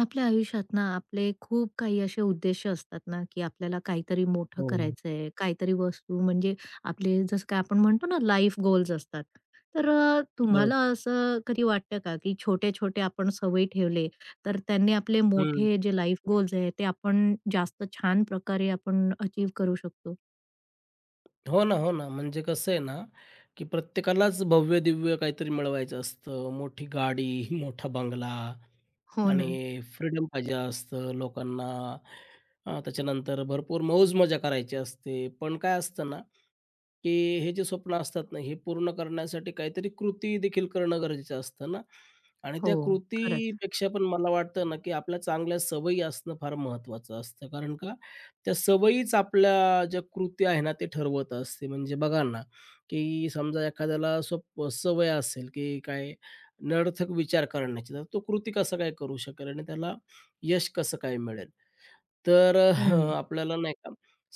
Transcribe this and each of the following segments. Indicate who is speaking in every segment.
Speaker 1: आपल्या आयुष्यात ना आपले खूप काही असे उद्देश असतात ना, की आपल्याला काहीतरी मोठं
Speaker 2: हो,
Speaker 1: करायचंय, काहीतरी वस्तू म्हणजे आपले जसं काय आपण म्हणतो ना लाईफ गोल्स असतात. तर
Speaker 2: हो.
Speaker 1: तुम्हाला असं कधी वाटतं का, की छोटे-छोटे आपण सवयी ठेवले, तर त्यांनी आपले
Speaker 2: हं.
Speaker 1: मोठे जे लाईफ गोल्स आहे ते आपण जास्त छान प्रकारे आपण अचीव्ह करू शकतो?
Speaker 2: हो ना. म्हणजे कसं आहे ना, की प्रत्येकालाच भव्य-दिव्य काहीतरी मिळवायचं असतं. मोठी गाडी, मोठा बंगला
Speaker 1: हो
Speaker 2: आणि
Speaker 1: ना.
Speaker 2: फ्रीडम पाहिजे असतं लोकांना. त्याच्यानंतर भरपूर मौज-मजा करायची असते. पण काय असतं ना की हे जे स्वप्न असतात ना, हे पूर्ण करण्यासाठी काहीतरी कृती देखील करणं गरजेचं असतं ना. आणि
Speaker 1: हो.
Speaker 2: त्या
Speaker 1: खरंच.
Speaker 2: कृतीपेक्षा पण मला वाटतं ना, की आपल्या चांगल्या सवयी असणं फार महत्त्वाचं असतं. कारण का, त्या सवयीच आपल्या ज्या कृती आहे ना, ते ठरवत असते. म्हणजे बघा ना, की समजा एखाद्याला स्वप सवय असेल, की काय निरर्थक विचार करण्याची, तर तो कृती कसं काय करू शकेल आणि त्याला यश कसं काय मिळेल? तर
Speaker 1: हं.
Speaker 2: आपल्याला नाही का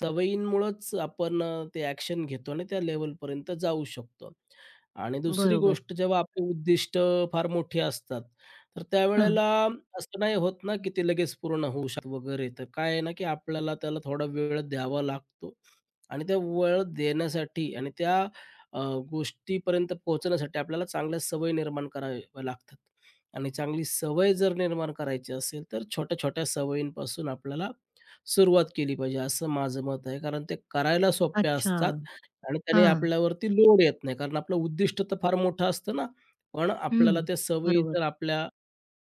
Speaker 2: सवयींमुळंच आपण ते ॲक्शन घेतो आणि त्या लेव्हलपर्यंत जाऊ शकतो. आणि दुसरी
Speaker 1: बरोबर.
Speaker 2: गोष्ट जेव्हा आपली उद्दिष्ट फार मोठी असतात, तर
Speaker 1: हां.
Speaker 2: त्यावेळेला असं नाही होत ना, की ते लगेच पूर्ण होऊ शकतं वगैरे. तर काय आहे ना, की आपल्याला त्याला थोडा वेळ द्यावा लागतो आणि त्या वेळ देण्यासाठी आणि त्या अ, गोष्टीपर्यंत पोहोचण्यासाठी आपल्याला चांगल्या सवयी निर्माण कराव्या लागतात. आणि चांगली सवय जर निर्माण करायची असेल, तर छोट्या-छोट्या सवयींपासून आपल्याला सुरुवात केली पाहिजे, असं माझं मत आहे. कारण ते करायला सोप्या
Speaker 1: अच्छा.
Speaker 2: असतात आणि त्याने
Speaker 1: हां.
Speaker 2: आपल्यावरती लोड येत नाही. कारण आपलं उद्दिष्ट तर फार मोठं असतं ना, पण आपल्याला
Speaker 1: हं.
Speaker 2: त्या सवयी
Speaker 1: बरोबर.
Speaker 2: जर आपल्या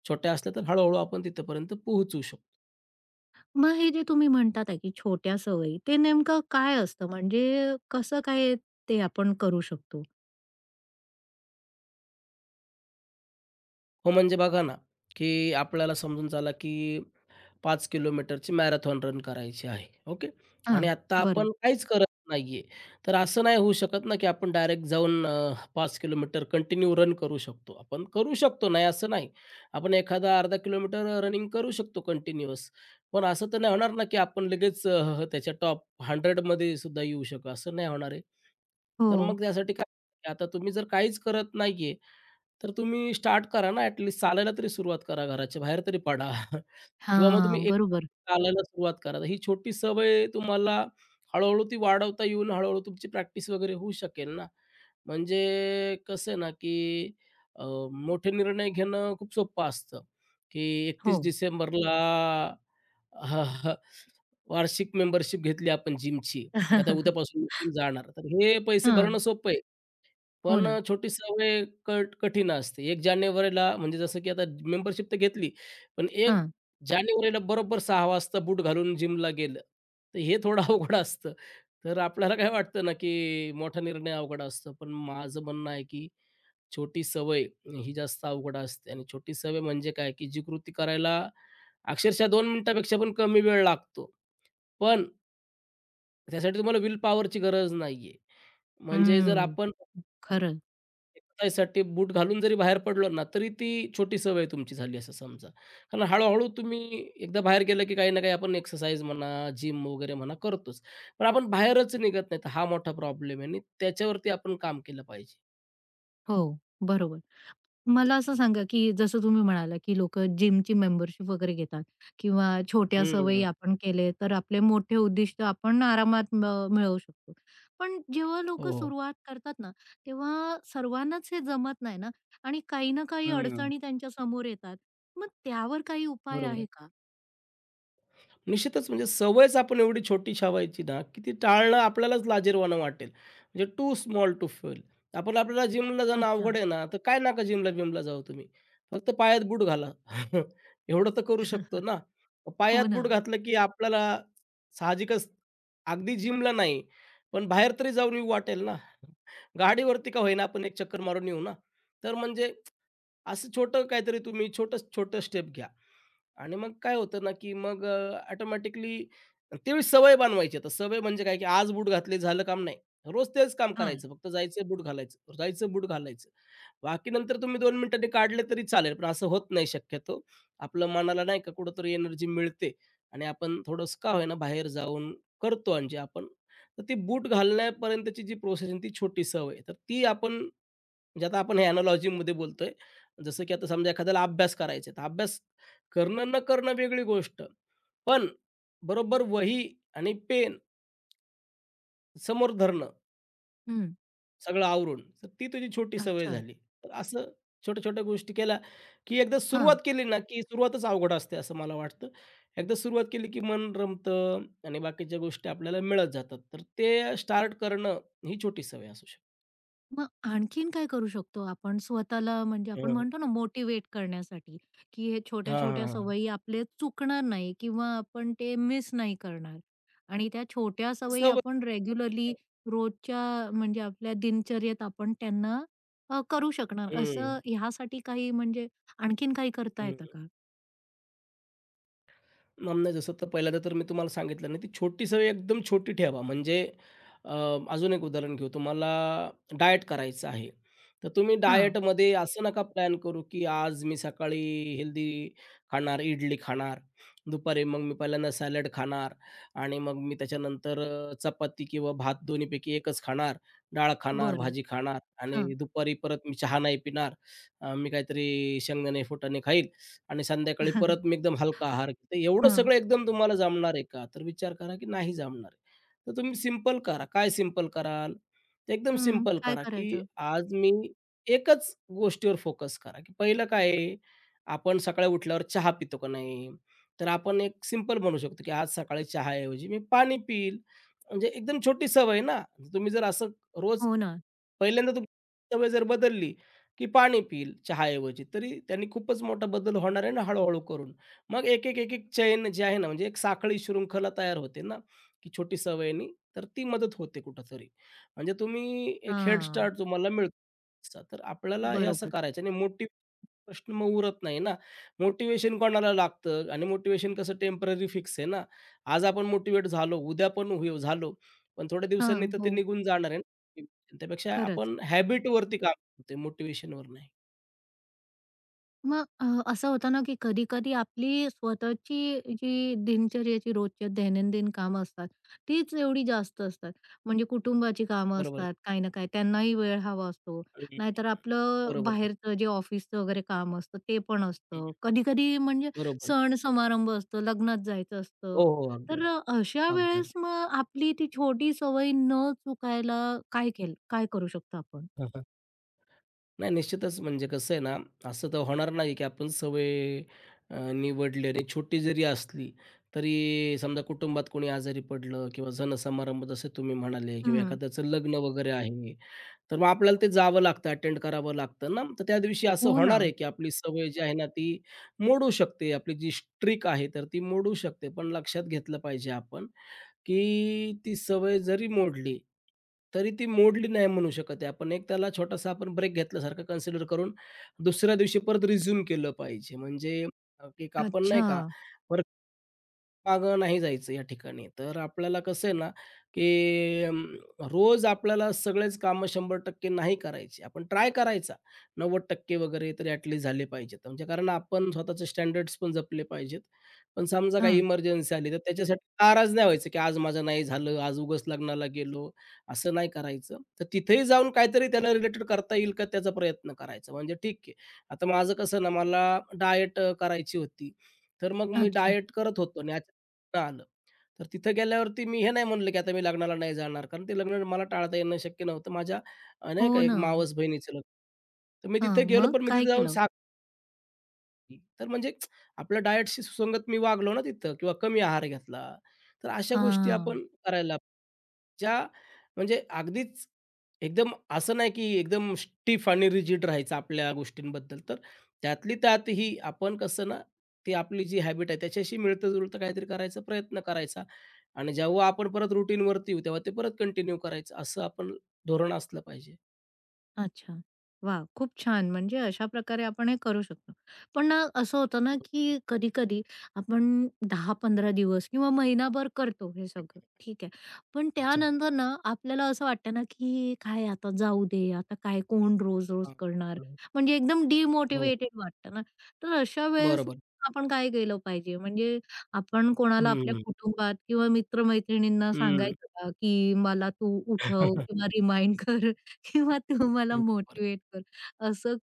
Speaker 2: छोट्या असल्या, तर हळू-हळू आपण तिथपर्यंत पोहोचू शकतो.
Speaker 1: मग हे जे तुम्ही म्हणतात आहे, की छोट्या सवयी, ते नेमकं काय असतं? म्हणजे कसं काय ते आपण करू शकतो?
Speaker 2: हो, म्हणजे बघा ना, की आपल्याला समजून चला, की 5 किलोमीटरची मॅरेथॉन रन करायची आहे. ओके.
Speaker 1: हां.
Speaker 2: आणि आत्ता
Speaker 1: बरं.
Speaker 2: आपण काहीच करत नाहीये. तर असं नाही होऊ शकत ना, की आपण डायरेक्ट जाऊन 5 किलोमीटर कंटिन्यू रन करू शकतो. आपण करू शकतो, नाही असं नाही. आपण एखादा अर्धा किलोमीटर रनिंग करू शकतो कंटिन्यूअस. पण असं तर नाही होणार ना, की आपण लगेच त्याच्या टॉप 100 सुद्धा येऊ शकू, असं नाही होणार आहे. तर
Speaker 1: हो.
Speaker 2: मग त्यासाठी काय आता तुम्ही जर काहीच करत नाहीये, तर तुम्ही स्टार्ट करा ना ॲट चालायला तरी सुरुवात करा. घराच्या बाहेर तरी पडा. किंवा मग तुम्ही
Speaker 1: हां,
Speaker 2: एक
Speaker 1: बरोबर.
Speaker 2: चालायला सुरुवात करा. ही छोटी सवय तुम्हाला हळू ती वाढवता येऊन हळू-हळू तुमची प्रॅक्टिस वगैरे होऊ शकेल ना. म्हणजे कसं आहे ना, की अ, मोठे निर्णय घेणं खूप सोपं असतं, की
Speaker 1: हो.
Speaker 2: 31 डिसेंबरला वार्षिक मेंबरशिप घेतली आपण जिमची. आता उद्यापासून जिम जाणार. तर हे पैसे भरणं
Speaker 1: हां.
Speaker 2: सोपं आहे.
Speaker 1: हो
Speaker 2: पण
Speaker 1: ना.
Speaker 2: छोटी सवय कट कठीण असते. 1 जानेवारीला म्हणजे जसं की आता मेंबरशिप तर घेतली, पण 1
Speaker 1: हां.
Speaker 2: जानेवारीला बरोबर 6 वाजता बूट घालून जिमला गेलं, तर हे थोडं अवघड असतं. तर आपल्याला काय वाटतं ना, की मोठा निर्णय अवघड असतो. पण माझं म्हणणं आहे, की छोटी सवय ही जास्त अवघड असते आणि छोटी सवय म्हणजे काय, की जी कृती करायला अक्षरशः 2 मिनिटापेक्षा पण कमी वेळ लागतो. पण त्यासाठी तुम्हाला विल पॉवरची गरज नाहीये. म्हणजे जर
Speaker 1: हम्म.
Speaker 2: आपण
Speaker 1: खरं.
Speaker 2: एक्सरसाइजसाठी बूट घालून जरी बाहेर पडलो ना, तरी ती छोटी सवय तुमची झाली असं समजा. कारण हळू तुम्ही एकदा बाहेर गेलं, की काही ना काही आपण एक्सरसाइज म्हणा, जिम वगैरे म्हणा करतोच. पण आपण बाहेरच निघत नाही, तर हा मोठा प्रॉब्लेम आहे आणि त्याच्यावरती आपण काम केलं पाहिजे.
Speaker 1: हो, बरोबर. मला असं सांगा, की जसं तुम्ही म्हणाला, की लोकं जिमची मेंबरशिप वगैरे घेतात किंवा छोट्या सवयी
Speaker 2: हं.
Speaker 1: आपण केले, तर आपले मोठे उद्दिष्ट आपण आरामात म मिळवू शकतो. पण जेव्हा लोकं
Speaker 2: हो.
Speaker 1: सुरुवात करतात ना, तेव्हा सर्वांनाच हे जमत नाही ना आणि काही ना काही
Speaker 2: हं.
Speaker 1: अडचणी त्यांच्या समोर येतात. मग त्यावर काही उपाय
Speaker 2: बरोबर
Speaker 1: आहे
Speaker 2: आहे.
Speaker 1: का?
Speaker 2: निश्चितच म्हणजे सवयच आपण एवढी छोटी छावायची ना, की ती टाळणं आपल्यालाच लाजिरवाणं वाटेल. म्हणजे टू स्मॉल टू फेल. आपण आपल्याला जिमला जाणं
Speaker 1: अच्छा.
Speaker 2: अवघड आहे ना, तर काय नका जिमला-बिमला जाऊ तुम्ही. फक्त पायात बूट घाला. एवढं तर करू शकतो ना.
Speaker 1: हो
Speaker 2: पायात
Speaker 1: ना.
Speaker 2: बूट घातलं की आपल्याला साहजिकच अगदी जिमला नाही, पण बाहेर तरी जाऊन येऊ वाटेल ना. गाडीवरती का होईना आपण एक चक्कर मारून येऊ ना. तर म्हणजे असं छोटं काहीतरी तुम्ही छोटं छोटं स्टेप घ्या आणि मग काय होतं ना, की मग ऑटोमॅटिकली त्यावेळी सवय बनवायची. आता सवय म्हणजे काय, की आज बूट घातले झालं काम नाही. रोज तेच काम
Speaker 1: हां.
Speaker 2: करायचं. फक्त जायचं बूट घालायचं, जायचं बूट घालायचं. बाकी नंतर तुम्ही 2 मिनिटांनी काढले तरी चालेल, पण असं होत नाही शक्यतो. आपलं मनाला नाही का कुठेतरी एनर्जी मिळते आणि आपण थोडंसं का होईना बाहेर जाऊन करतो आणि जे आपण तर ती बूट घालण्यापर्यंतची जी प्रोसेस आहे ती छोटी सवय आहे. तर ती आपण म्हणजे आता आपण हे एनालॉजीमध्ये बोलतोय. जसं की आता समजा एखाद्याला अभ्यास करायचा आहे, तर अभ्यास करणं न करणं वेगळी गोष्ट. पण बरोबर वही आणि पेन समोर धरणं
Speaker 1: हं.
Speaker 2: सगळं आवरून, तर ती तुझी छोटी सवय
Speaker 1: अच्छा.
Speaker 2: झाली. तर असं छोट्या-छोट्या गोष्टी केल्या, की एकदा सुरुवात
Speaker 1: हां.
Speaker 2: केली ना, की सुरुवातच अवघड असते असं मला वाटतं. एकदा सुरुवात केली, की मन रमतं आणि बाकीच्या गोष्टी आपल्याला मिळत जातात. तर ते स्टार्ट करणं ही छोटी सवय असू शकते.
Speaker 1: मग आणखीन काय करू शकतो आपण स्वतःला म्हणजे आपण
Speaker 2: हं.
Speaker 1: म्हणतो ना मोटिव्हेट करण्यासाठी, की हे
Speaker 2: हां,
Speaker 1: छोट्या-छोट्या
Speaker 2: हां, हां.
Speaker 1: सवयी आपले चुकणार नाही किंवा आपण ते मिस नाही करणार आणि त्या छोट्या सवयी
Speaker 2: सवय
Speaker 1: आपण रेग्युलरली रोजच्या म्हणजे आपल्या दिनचर्येत आपण त्यांना करू शकणार.
Speaker 2: हं,
Speaker 1: असं ह्यासाठी काही म्हणजे आणखीन काही करता येतं का?
Speaker 2: मग नाही जसं तर पहिल्यांदा तर मी तुम्हाला सांगितलं ना, ती छोटी सवय एकदम छोटी ठेवा. म्हणजे अ, अजून एक उदाहरण घेऊ. तुम्हाला डायट करायचं आहे, तर तुम्ही
Speaker 1: हां.
Speaker 2: डायटमध्ये असं नका प्लॅन करू, की आज मी सकाळी हेल्दी खाणार, इडली खाणार, दुपारी मग मी पहिल्यांदा सॅलड खाणार आणि मग मी त्याच्यानंतर चपाती किंवा भात दोन्हीपैकी एकच खाणार, डाळ खाणार,
Speaker 1: बरं.
Speaker 2: भाजी खाणार
Speaker 1: हां.
Speaker 2: आणि दुपारी परत मी चहा नाही पिणार. मी काहीतरी शेंगदाणे, फुटाणे खाईल आणि संध्याकाळी परत मी एकदम हलका आहार घेते. एवढं
Speaker 1: हां. हं.
Speaker 2: सगळं एकदम तुम्हाला जमणार आहे का? तर विचार करा की नाही जमणार आहे. तर तुम्ही सिंपल करा. काय सिंपल कराल? तर एकदम सिंपल
Speaker 1: काय
Speaker 2: करा की
Speaker 1: करायचं?
Speaker 2: आज मी एकच गोष्टीवर फोकस करा, की पहिलं काय आहे, आपण सकाळी उठल्यावर चहा पितो का नाही? तर आपण एक सिंपल म्हणू शकतो की आज सकाळी चहाऐवजी मी पाणी पिईल. म्हणजे एकदम छोटी सवय ना. तुम्ही जर असं रोज
Speaker 1: हो ना.
Speaker 2: पहिल्यांदा तुमची सवय जर बदलली, की पाणी पिईल चहाऐवजी, तरी त्यांनी खूपच मोठा बदल होणार आहे ना हळू करून. मग एक-एक, एक-एक चैन जी आहे ना, म्हणजे एक साखळी शृंखला तयार होते ना, की छोटी सवयीनी, तर ती मदत होते कुठेतरी. म्हणजे तुम्ही एक हेड
Speaker 1: हां.
Speaker 2: स्टार्ट तुम्हाला मिळतो. तर आपल्याला हे असं
Speaker 1: बरोबर.
Speaker 2: करायचं आणि मोठी प्रश्न मग उरत नाही ना. मोटिव्हेशन कोणाला लागतं आणि मोटिवेशन कसं टेम्पररी फिक्स आहे ना. आज आपण मोटिवेट झालो, उद्या पण होऊ झालो, पण थोड्या दिवसांनी
Speaker 1: हां.
Speaker 2: तर ते
Speaker 1: हो.
Speaker 2: निघून जाणार आहे ना. त्यापेक्षा
Speaker 1: खरंच.
Speaker 2: आपण हॅबिट वरती काम करतोय, मोटिव्हेशनवर नाही.
Speaker 1: मग असं होतं ना, की कधी-कधी आपली स्वतःची जी दिनचर्येची रोजच्या दैनंदिन कामं असतात, तीच एवढी जास्त असतात. म्हणजे कुटुंबाची कामं
Speaker 2: बरोबर आहे.
Speaker 1: असतात, काही ना काही त्यांनाही वेळ हवा असतो.
Speaker 2: हं,
Speaker 1: नाहीतर आपलं
Speaker 2: बरोबर आहे.
Speaker 1: बाहेरचं जे ऑफिसचं वगैरे काम असतं ते पण असतं.
Speaker 2: हं,
Speaker 1: कधी-कधी म्हणजे
Speaker 2: बरोबर आहे.
Speaker 1: सण-समारंभ असतं, लग्नात जायचं
Speaker 2: हो,
Speaker 1: असतं.
Speaker 2: हो. अगदी, अगदी.
Speaker 1: तर अशा
Speaker 2: अगदी,
Speaker 1: वेळेस
Speaker 2: अगदी.
Speaker 1: मग आपली ती छोटी सवय न चुकायला काय केलं काय करू शकतो आपण?
Speaker 2: नाही, निश्चितच. म्हणजे कसं आहे ना, असं तर होणार नाही, की आपण सवय निवडली आणि छोटी जरी असली, तरी समजा कुटुंबात कोणी आजारी पडलं किंवा सण समारंभ जसे तुम्ही म्हणाले किंवा
Speaker 1: हं.
Speaker 2: एखाद्याचं लग्न वगैरे आहे, तर मग आपल्याला ते जावं लागतं, अटेंड करावं लागतं ना. तर त्या दिवशी असं
Speaker 1: हो ना.
Speaker 2: होणार आहे, की आपली सवय जी आहे ना, ती मोडू शकते. आपली जी ट्रिक आहे, तर ती मोडू शकते. पण लक्षात घेतलं पाहिजे आपण, की ती सवय जरी मोडली, तरी ती मोडली नाही म्हणू शकत आहे. आपण एक त्याला छोटासा आपण ब्रेक घेतल्यासारखं कन्सिडर करून दुसऱ्या दिवशी परत रिझ्यूम केलं पाहिजे. म्हणजे एक आपण नाही
Speaker 1: अच्छा.
Speaker 2: का मागं नाही जायचं या ठिकाणी. तर आपल्याला कसं आहे ना, की रोज आपल्याला सगळेच कामं 100% नाही करायची. आपण ट्राय करायचा 90% वगैरे तरी ॲटलीस्ट झाले पाहिजेत. म्हणजे कारण आपण स्वतःचे स्टँडर्ड्स पण जपले पाहिजेत. पण समजा काही
Speaker 1: हां.
Speaker 2: इमर्जन्सी आली, तर त्याच्यासाठी नाराज नाही व्हायचं, की आज माझं नाही झालं, आज उगाच लग्नाला गेलो, असं नाही करायचं. तर तिथेही जाऊन काहीतरी त्याला रिलेटेड करता येईल का त्याचा प्रयत्न करायचा. म्हणजे ठीक आहे. आता माझं कसं ना, मला डायट करायची होती. तर मग मी
Speaker 1: अच्छा.
Speaker 2: डायट करत होतो आणि आलं. तर तिथं गेल्यावरती मी हे नाही म्हणलं, की आता मी लग्नाला नाही जाणार, कारण ते लग्न मला टाळता येणं शक्य नव्हतं. माझ्या
Speaker 1: हो
Speaker 2: नाही का एक
Speaker 1: ना.
Speaker 2: मावस बहिणीचं लग्न. तर मी तिथे
Speaker 1: हां,
Speaker 2: गेलो,
Speaker 1: मग
Speaker 2: पण मी
Speaker 1: काय
Speaker 2: तिथे जाऊन
Speaker 1: केलं?
Speaker 2: 6 तर म्हणजे आपल्या डायटशी सुसंगत मी वागलो ना तिथं किंवा कमी आहार घेतला, तर अशा गोष्टी
Speaker 1: हां.
Speaker 2: आपण करायला ज्या म्हणजे अगदीच एकदम असं नाही की एकदम स्टिफ आणि रिजिड राहायचं आपल्या गोष्टींबद्दल. तर त्यातली त्यातही आपण कसं ना, ती आपली जी हॅबिट आहे त्याच्याशी मिळतं-जुळतं काहीतरी करायचा प्रयत्न करायचा आणि जेव्हा आपण परत रुटीनवरती येऊ तेव्हा ते परत कंटिन्यू करायचं असं आपण धोरण असलं पाहिजे.
Speaker 1: अच्छा. वाह! खूप छान. म्हणजे अशा प्रकारे आपण हे करू शकतो. पण ना असं होतं ना, की कधी-कधी आपण 10-15 दिवस किंवा महिनाभर करतो हे सगळं, ठीक आहे. पण
Speaker 2: अच्छा.
Speaker 1: त्यानंतर ना आपल्याला असं वाटतं ना, की काय आता जाऊ दे, आता काय कोण रोज-रोज
Speaker 2: हां.
Speaker 1: करणार? म्हणजे एकदम
Speaker 2: हो, हो.
Speaker 1: डिमोटिव्हेटेड वाटतं ना. तर अशा वेळेस
Speaker 2: बरोबर.
Speaker 1: आपण काय केलं पाहिजे? म्हणजे आपण कोणाला आपल्या
Speaker 2: हं,
Speaker 1: कुटुंबात किंवा मित्र
Speaker 2: हं.
Speaker 1: सांगायचं का, की मला तू उठव किंवा रिमाइंड कर? किंवा तुम्हाला
Speaker 2: बरं.
Speaker 1: मोटिवेट कर. असं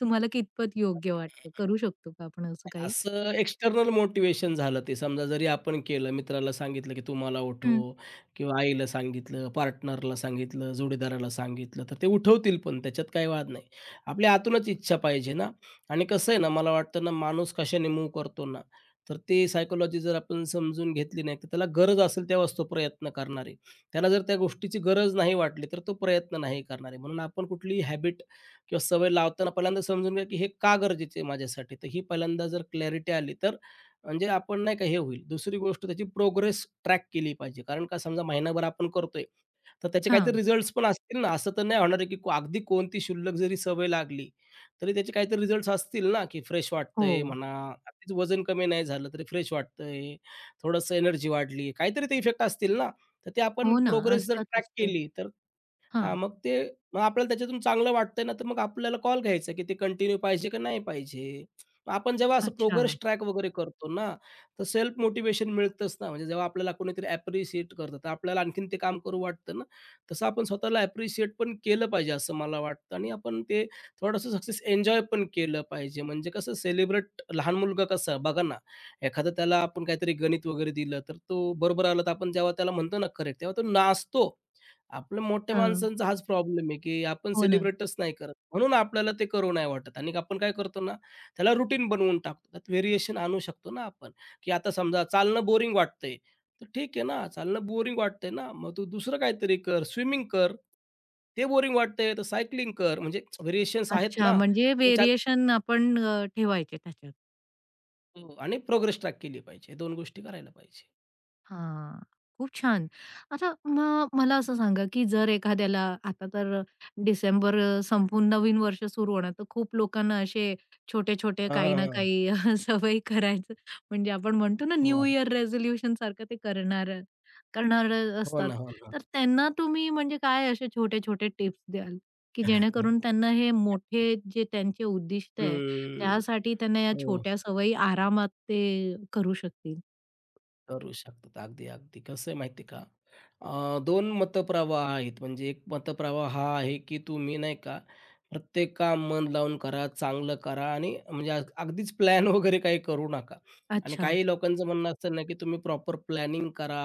Speaker 1: तुम्हाला कितपत योग्य वाटतं? करू शकतो का आपण असं काही?
Speaker 2: असं एक्सटर्नल मोटिवेशन झालं ते. समजा जरी आपण केलं, मित्राला सांगितलं, की तू मला
Speaker 1: हं.
Speaker 2: उठव किंवा आईला सांगितलं, पार्टनरला सांगितलं, जोडीदाराला सांगितलं, तर ते उठवतील पण त्याच्यात काही वाद नाही. आपल्या आतूनच इच्छा पाहिजे ना आणि कसं आहे ना, मला वाटतं ना माणूस कशाने मूव्ह करतो ना, तर ते सायकॉलॉजी जर आपण समजून घेतली नाही, तर त्याला गरज असेल तेव्हाच तो प्रयत्न करणार आहे. त्याला जर त्या गोष्टीची गरज नाही वाटली, तर तो प्रयत्न नाही करणार आहे. म्हणून आपण कुठलीही हॅबिट किंवा सवय लावताना पहिल्यांदा समजून घ्या की हे का गरजेचं आहे माझ्यासाठी. तर ही पहिल्यांदा जर क्लॅरिटी आली तर म्हणजे आपण नाही का हे होईल. दुसरी गोष्ट त्याची प्रोग्रेस ट्रॅक केली पाहिजे. कारण का समजा महिनाभर आपण करतोय, तर त्याचे
Speaker 1: हां.
Speaker 2: काहीतरी रिझल्ट्स पण असतील ना. असं तर नाही होणार आहे की अगदी कोणती क्षुल्लक जरी सवय लागली, तरी त्याचे काहीतरी रिझल्ट्स असतील ना, की फ्रेश
Speaker 1: हो.
Speaker 2: वाटतंय म्हणा, अगदीच वजन कमी नाही झालं तरी फ्रेश वाटतंय, थोडंसं एनर्जी वाढली, काहीतरी ते इफेक्ट असतील ना. तर ते आपण
Speaker 1: हो ना,
Speaker 2: प्रोग्रेस जर ट्रॅक
Speaker 1: असतातच ते.
Speaker 2: केली तर
Speaker 1: हां.
Speaker 2: हां, मग ते मग आपल्याला त्याच्यातून चांगलं वाटतंय ना, तर मग आपल्याला कॉल घ्यायचा, की ते कंटिन्यू पाहिजे का नाही पाहिजे? मग आपण जेव्हा असं
Speaker 1: अच्छा.
Speaker 2: प्रोग्रेस ट्रॅक वगैरे करतो ना, तर सेल्फ मोटिवेशन मिळतंच ना, म्हणजे जेव्हा आपल्याला कोणीतरी ॲप्रिशिएट करतं, तर आपल्याला आणखीन ते काम करू वाटतं ना. तसं आपण स्वतःला ॲप्रिशिएट पण केलं पाहिजे असं मला वाटतं आणि आपण ते थोडंसं सक्सेस एन्जॉय पण केलं पाहिजे. म्हणजे कसं सेलिब्रेट लहान मुलगा कसा बघा ना, एखादं त्याला आपण काहीतरी गणित वगैरे दिलं, तर तो बरोबर आलं, तर आपण जेव्हा त्याला म्हणतो ना करेक्ट, तेव्हा तो नाचतो. आपलं मोठ्या
Speaker 1: हं.
Speaker 2: माणसांचा हाच प्रॉब्लेम आहे, की आपण
Speaker 1: हो ना.
Speaker 2: सेलिब्रेटच नाही करत. म्हणून आपल्याला ते करू नाही वाटत आणि आपण काय करतो ना, त्याला रुटीन बनवून टाकतो. त्यात व्हेरिएशन आणू शकतो ना आपण, की आता समजा चालणं बोरिंग वाटतंय, तर ठीक आहे ना, चालणं बोरिंग वाटतंय ना, मग तू दुसरं काहीतरी कर, स्विमिंग कर. ते बोरिंग वाटतंय, तर सायकलिंग कर. म्हणजे व्हेरिएशन्स आहेत
Speaker 1: अच्छा,
Speaker 2: ना,
Speaker 1: म्हणजे
Speaker 2: त्यात
Speaker 1: व्हेरिएशन आपण ठेवायचे त्याच्यात.
Speaker 2: आणि प्रोग्रेस ट्रॅक केली पाहिजे. हे 2 गोष्टी करायला पाहिजे.
Speaker 1: हां, खूप छान. आता मग मला असं सांगा, की जर एखाद्याला आता तर डिसेंबर संपून नवीन वर्ष सुरू होणार, तर खूप लोकांना असे छोटे-छोटे काही ना
Speaker 2: हां,
Speaker 1: काही सवयी करायचं म्हणजे आपण म्हणतो ना
Speaker 2: हो,
Speaker 1: न्यू
Speaker 2: अगदी.
Speaker 1: इयर रेझोल्यूशन सारखं ते करणार करणारे
Speaker 2: हो
Speaker 1: असतात.
Speaker 2: ना, हो ना.
Speaker 1: तर त्यांना तुम्ही म्हणजे काय असे छोटे-छोटे टिप्स द्याल, की
Speaker 2: हं.
Speaker 1: जेणेकरून त्यांना हे मोठे जे त्यांचे उद्दिष्ट आहे, त्यासाठी त्यांना या
Speaker 2: हो.
Speaker 1: छोट्या सवयी आरामात ते करू शकतील?
Speaker 2: करू शकतात. अगदी, अगदी. कसं आहे माहिती का, 2 मतप्रवाह आहेत. म्हणजे एक मतप्रवाह हा आहे, की तुम्ही नाही का प्रत्येक काम मन लावून करा, चांगलं करा आणि म्हणजे अगदीच प्लॅन वगैरे काही करू नका. आणि
Speaker 1: अच्छा.
Speaker 2: काही लोकांचं म्हणणं असतं ना, की तुम्ही प्रॉपर प्लॅनिंग करा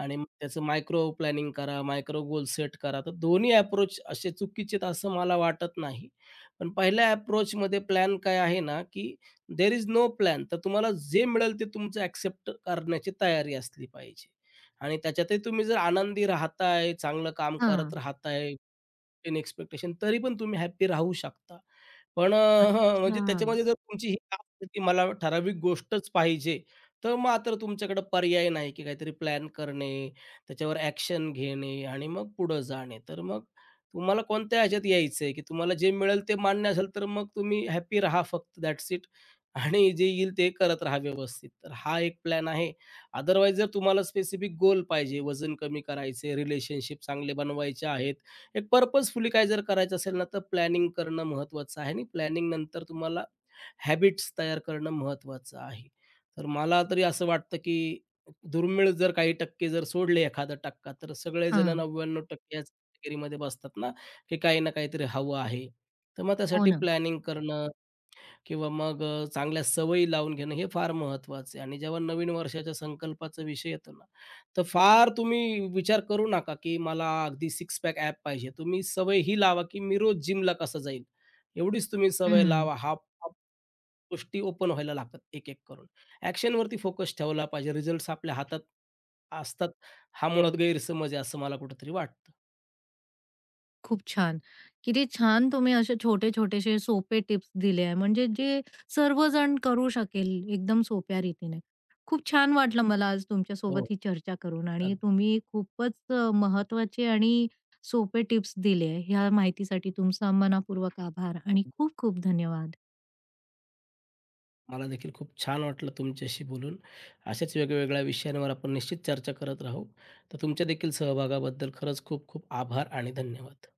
Speaker 2: आणि मग त्याचं मायक्रो प्लॅनिंग करा, मायक्रो गोल सेट करा. तर दोन्ही अप्रोच असे चुकीचे आहेत असं मला वाटत नाही. पण पहिल्या अप्रोचमध्ये प्लॅन काय आहे ना, की देअर इज नो प्लॅन. तर तुम्हाला जे मिळेल ते तुमचं ॲक्सेप्ट करण्याची तयारी असली पाहिजे. आणि त्याच्यातही तुम्ही जर आनंदी राहताय, चांगलं काम करत
Speaker 1: हां.
Speaker 2: राहताय, इन एक्स्पेक्टेशन तरी पण तुम्ही हॅपी राहू शकता. पण हं,
Speaker 1: अच्छा.
Speaker 2: म्हणजे त्याच्यामध्ये जर तुमची ही इच्छा असेल, की मला ठराविक गोष्टच पाहिजे, तर मात्र तुमच्याकडे पर्याय नाही, की काहीतरी प्लॅन करणे, त्याच्यावर ॲक्शन घेणे आणि मग पुढं जाणे. तर मग तुम्हाला कोणत्या ह्याच्यात यायचंय, की तुम्हाला जे मिळेल ते मान्य असेल, तर मग तुम्ही हॅपी राहा फक्त दॅट्स इट. आणि जे येईल ते करत राहा व्यवस्थित. तर हा एक प्लॅन आहे. अदरवाईज जर तुम्हाला स्पेसिफिक गोल पाहिजे, वजन कमी करायचे, रिलेशनशिप चांगले बनवायचे आहेत. एक पर्पजफुली काय जर करायचं असेल ना, तर प्लॅनिंग करणं महत्त्वाचं आहे आणि प्लॅनिंग नंतर तुम्हाला हॅबिट्स तयार करणं महत्त्वाचं आहे. तर मला तरी असं वाटतं, की दुर्मिळ जर काही टक्के जर सोडले एखादा टक्का, तर सगळेजण
Speaker 1: हां.
Speaker 2: 99% याच कॅटेगरीमध्ये बसतात ना, की काही ना काहीतरी हवं आहे. तर मग
Speaker 1: हो
Speaker 2: त्यासाठी
Speaker 1: ना.
Speaker 2: प्लॅनिंग करणं किंवा मग चांगल्या सवयी लावून घेणं हे फार महत्त्वाचं आहे आणि जेव्हा नवीन वर्षाच्या संकल्पाचा विषय येतो ना, तर फार तुम्ही विचार करू नका, की मला अगदी सिक्स पॅक ॲप पाहिजे. तुम्ही सवय ही लावा, की मी रोज जिमला कसं जाईल, एवढीच तुम्ही सवय
Speaker 1: हं.
Speaker 2: लावा. हाफ हाफ गोष्टी ओपन व्हायला लागतात एक-एक करून. ॲक्शनवरती फोकस ठेवला पाहिजे. रिझल्ट्स आपल्या हातात असतात. हा मुळात गैरसमज आहे असं मला कुठेतरी वाटतं.
Speaker 1: खूप छान. किती छान तुम्ही असे छोटे-छोटेसे सोपे टिप्स दिले आहे. म्हणजे जे सर्वजण करू शकेल एकदम सोप्या रीतीने. खूप छान वाटलं मला आज
Speaker 2: हो,
Speaker 1: तुमच्यासोबत ही चर्चा करून आणि
Speaker 2: अगदी.
Speaker 1: तुम्ही खूपच महत्वाचे आणि सोपे टिप्स दिले. ह्या माहितीसाठी तुमचा मनःपूर्वक आभार आणि खूप खूप धन्यवाद.
Speaker 2: मला देखील खूप छान वाटलं तुमच्याशी बोलून. अशाच वेगवेगळ्या विषयांवर आपण निश्चित चर्चा करत राहू. तर तुमच्या देखील सहभागाबद्दल खरंच खूप खूप आभार आणि धन्यवाद.